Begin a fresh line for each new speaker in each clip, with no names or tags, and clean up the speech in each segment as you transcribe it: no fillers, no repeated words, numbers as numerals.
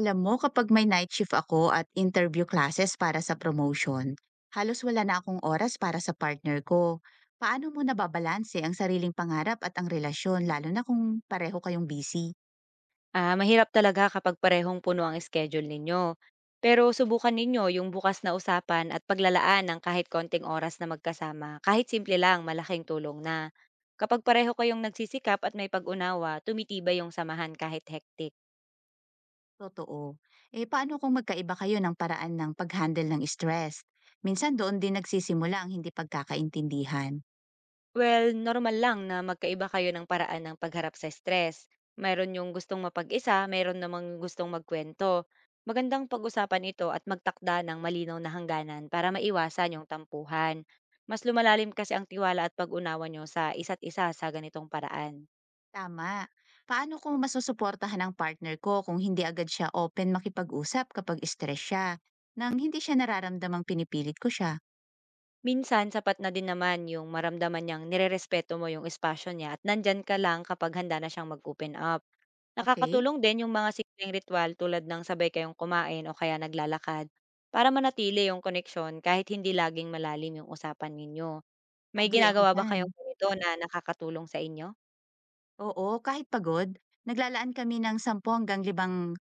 Alam mo, kapag may night shift ako at interview classes para sa promotion, halos wala na akong oras para sa partner ko. Paano mo nababalanse ang sariling pangarap at ang relasyon, lalo na kung pareho kayong busy?
Ah, mahirap talaga kapag parehong puno ang schedule ninyo. Pero subukan ninyo yung bukas na usapan at paglalaan ng kahit konting oras na magkasama. Kahit simple lang, malaking tulong na. Kapag pareho kayong nagsisikap at may pag-unawa, tumitibay yung samahan kahit hektik.
Totoo. Eh, paano kung magkaiba kayo ng paraan ng pag-handle ng stress? Minsan doon din nagsisimula ang hindi pagkakaintindihan.
Well, normal lang na magkaiba kayo ng paraan ng pagharap sa stress. Mayroon yung gustong mapag-isa, mayroon namang gustong magkwento. Magandang pag-usapan ito at magtakda ng malinaw na hangganan para maiwasan yung tampuhan. Mas lumalalim kasi ang tiwala at pag-unawa nyo sa isa't isa sa ganitong paraan.
Tama. Paano ko masusuportahan ang partner ko kung hindi agad siya open makipag-usap kapag stress siya, nang hindi siya nararamdamang pinipilit ko siya?
Minsan sapat na din naman yung maramdaman niyang nirerespeto mo yung espasyo niya at nandiyan ka lang kapag handa na siyang mag-open up.
Okay,
Nakakatulong din yung mga simpleng ritual tulad ng sabay kayong kumain o kaya naglalakad para manatili yung koneksyon kahit hindi laging malalim yung usapan ninyo. May
agree ako
ginagawa ba
dyan.
kayong ganito na nakakatulong sa inyo?
Oo, kahit pagod, naglalaan kami ng 10 hanggang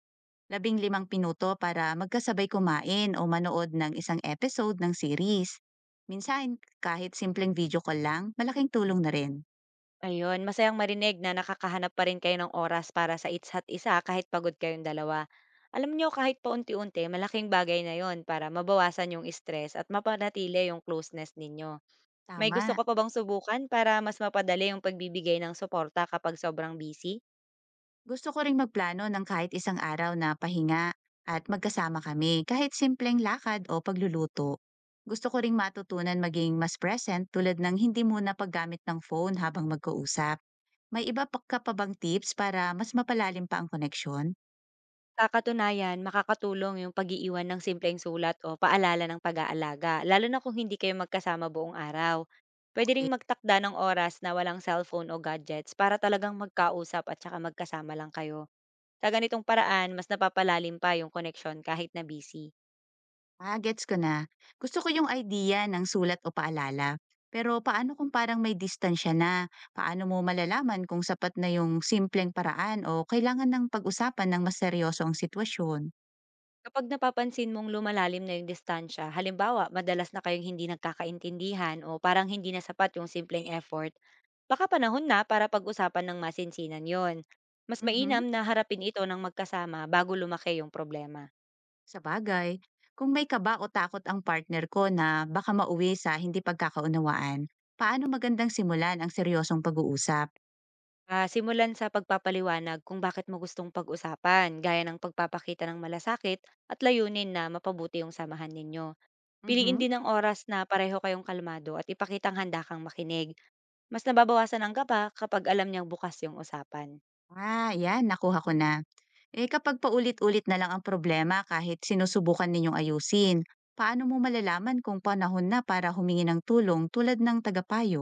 labing limang pinuto para magkasabay kumain o manood ng isang episode ng series. Minsan, kahit simpleng video call lang, malaking tulong na rin.
Ayun, masayang marinig na nakakahanap pa rin kayo ng oras para sa isa't isa kahit pagod kayong dalawa. Alam nyo kahit paunti-unti, malaking bagay na yon para mabawasan yung stress at mapanatili yung closeness ninyo. May gusto
Tama,
ko pa bang subukan para mas mapadali yung pagbibigay ng suporta kapag sobrang busy?
gusto ko ring magplano ng kahit isang araw na pahinga at magkasama kami, kahit simpleng lakad o pagluluto. Gusto ko ring matutunan maging mas present tulad ng hindi muna paggamit ng phone habang magkausap. May iba pa ka pa bang tips para mas mapalalim pa ang koneksyon?
Sa katunayan, makakatulong yung pag-iiwan ng simpleng sulat o paalala ng pag-aalaga, lalo na kung hindi kayo magkasama buong araw. Pwede ring
Okey,
magtakda ng oras na walang cellphone o gadgets para talagang magkausap at saka magkasama lang kayo. Sa ganitong paraan, mas napapalalim pa yung connection kahit na busy.
gets ko na. Gusto ko yung idea ng sulat o paalala. Pero paano kung parang may distansya na? Paano mo malalaman kung sapat na yung simpleng paraan o kailangan ng pag-usapan ng mas seryoso ang sitwasyon?
Kapag napapansin mong lumalalim na yung distansya, halimbawa, madalas na kayong hindi nagkakaintindihan o parang hindi na sapat yung simpleng effort, baka panahon na para pag-usapan ng masinsinan yon. Mas
Mhm.
mainam na harapin ito ng magkasama bago lumaki yung problema.
Sa bagay, kung may kaba o takot ang partner ko na baka mauwi sa hindi pagkakaunawaan, paano magandang simulan ang seryosong pag-uusap?
Ah, simulan sa pagpapaliwanag kung bakit mo gustong pag-usapan, gaya ng pagpapakita ng malasakit at layunin na mapabuti yung samahan ninyo. Piliin
Mhm.
din ang oras na pareho kayong kalmado at ipakitang handa kang makinig. Mas nababawasan ang gaba kapag alam niyang bukas yung usapan.
Ah, 'yan, nakuha ko na. Eh kapag paulit-ulit na lang ang problema kahit sinusubukan ninyong ayusin, paano mo malalaman kung panahon na para humingi ng tulong tulad ng tagapayo?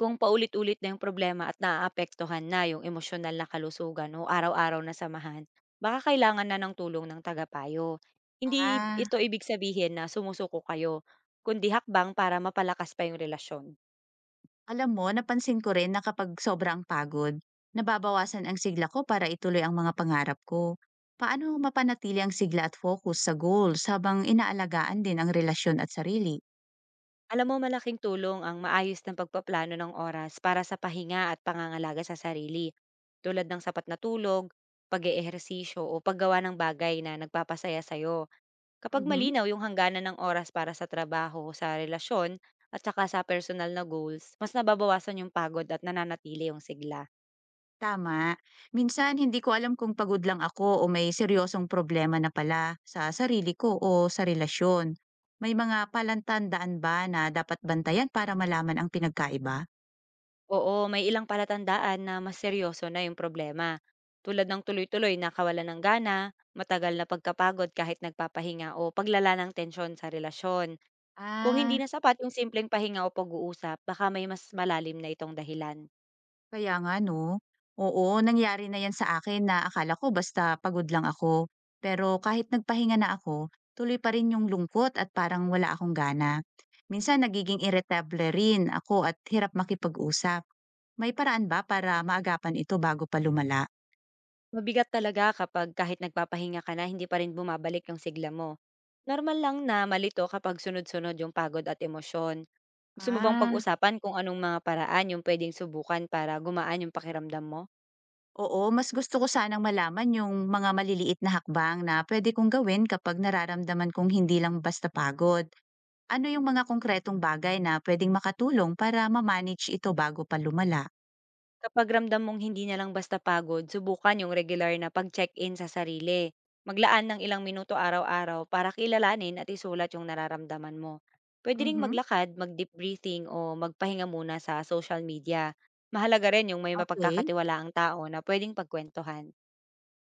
Kung paulit-ulit na yung problema at naaapektuhan na yung emosyonal na kalusugan o araw-araw na samahan, baka kailangan na ng tulong ng tagapayo. Hindi
Ah,
ito ibig sabihin na sumusuko kayo, kundi hakbang para mapalakas pa yung relasyon.
alam mo, napansin ko rin na kapag sobrang pagod, nababawasan ang sigla ko para ituloy ang mga pangarap ko. Paano mapanatili ang sigla at focus sa goals habang inaalagaan din ang relasyon at sarili?
Alam mo, malaking tulong ang maayos ng pagpaplano ng oras para sa pahinga at pangangalaga sa sarili, tulad ng sapat na tulog, pag-eehersisyo o paggawa ng bagay na nagpapasaya sa'yo. Kapag
Mhm.
malinaw yung hangganan ng oras para sa trabaho, sa relasyon, at saka sa personal na goals, mas nababawasan yung pagod at nananatili yung sigla.
Tama. Minsan hindi ko alam kung pagod lang ako o may seryosong problema na pala sa sarili ko o sa relasyon. May mga palantandaan ba na dapat bantayan para malaman ang pinagkaiba?
Oo, may ilang palatandaan na mas seryoso na yung problema. Tulad ng tuloy-tuloy na kawalan ng gana, matagal na pagkapagod kahit nagpapahinga o paglala ng tensyon sa relasyon. Kung hindi
Ah,
na sapat yung simpleng pahinga o pag-uusap, baka may mas malalim na itong dahilan.
kaya nga no. Oo, nangyari na yan sa akin na akala ko basta pagod lang ako. Pero kahit nagpahinga na ako, tuloy pa rin yung lungkot at parang wala akong gana. Minsan nagiging irritable rin ako at hirap makipag-usap. May paraan ba para maagapan ito bago pa lumala?
Mabigat talaga kapag kahit nagpapahinga ka na hindi pa rin bumabalik yung sigla mo. Normal lang na malito kapag sunod-sunod yung pagod at emosyon. Gusto mo bang
Ah,
pag-usapan kung anong mga paraan yung pwedeng subukan para gumaan yung pakiramdam mo?
oo. Mas gusto ko sanang malaman yung mga maliliit na hakbang na pwede kong gawin kapag nararamdaman kong hindi lang basta pagod. Ano yung mga konkretong bagay na pwedeng makatulong para ma-manage ito bago pa lumala?
Kapag ramdam mong hindi na lang basta pagod, subukan yung regular na pag-check-in sa sarili. Maglaan ng ilang minuto araw-araw para kilalanin at isulat yung nararamdaman mo. Pwede ring
Mhm.
maglakad, mag-deep breathing o magpahinga muna sa social media. Mahalaga rin yung may
Okay.
mapagkakatiwalaang tao na pwedeng pagkwentuhan.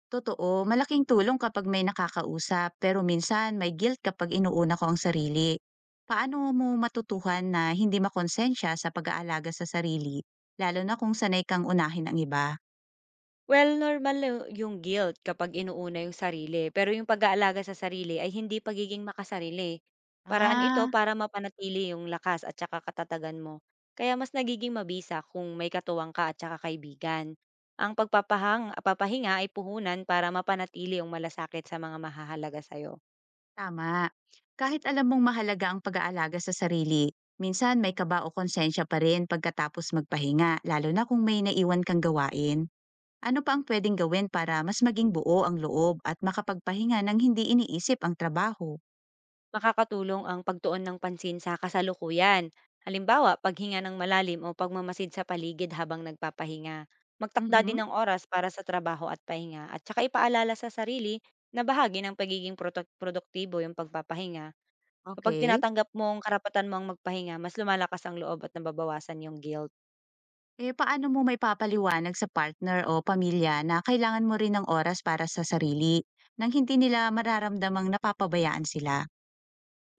Totoo, malaking tulong kapag may nakakausap, pero minsan may guilt kapag inuuna ko ang sarili. Paano mo matutuhan na hindi makonsensya sa pag-aalaga sa sarili, lalo na kung sanay kang unahin ang iba?
Well, normal na yung guilt kapag inuuna yung sarili, pero yung pag-aalaga sa sarili ay hindi pagiging makasarili. Paraan ito
Ah.
para mapanatili yung lakas at saka katatagan mo. Kaya mas nagiging mabisa kung may katuwang ka at saka kaibigan. Ang papahinga ay puhunan para mapanatili yung malasakit sa mga mahahalaga sa'yo.
Tama. Kahit alam mong mahalaga ang pag-aalaga sa sarili, minsan may kaba o konsensya pa rin pagkatapos magpahinga, lalo na kung may naiwan kang gawain. Ano pa ang pwedeng gawin para mas maging buo ang loob at makapagpahinga nang hindi iniisip ang trabaho?
Makakatulong ang pagtuon ng pansin sa kasalukuyan. Halimbawa, paghinga ng malalim o pagmamasid sa paligid habang nagpapahinga. Magtakda din
Mhm.
ng oras para sa trabaho at pahinga at saka ipaalala sa sarili na bahagi ng pagiging produktibo yung pagpapahinga. Kapag
Okay.
tinatanggap mong karapatan mo ang magpahinga, mas lumalakas ang loob at nababawasan yung guilt.
Eh paano mo may papaliwanag sa partner o pamilya na kailangan mo rin ng oras para sa sarili nang hindi nila mararamdamang napapabayaan sila?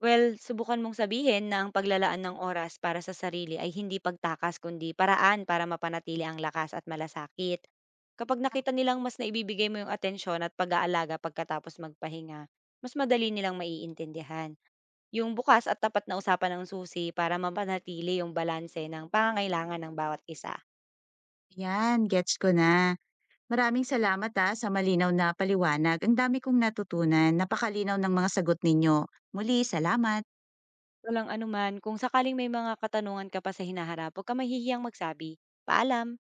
Well, subukan mong sabihin na ang paglalaan ng oras para sa sarili ay hindi pagtakas kundi paraan para mapanatili ang lakas at malasakit. Kapag nakita nilang mas naibibigay mo yung atensyon at pag-aalaga pagkatapos magpahinga, mas madali nilang maiintindihan. Yung bukas at tapat na usapan ng susi para mapanatili yung balanse ng pangangailangan ng bawat isa.
Yan, gets ko na. Maraming salamat ah, sa malinaw na paliwanag. Ang dami kong natutunan. Napakalinaw ng mga sagot ninyo. Muli, salamat.
Walang anuman, kung sakaling may mga katanungan ka pa sa hinaharap, huwag ka mahihiyang magsabi. Paalam!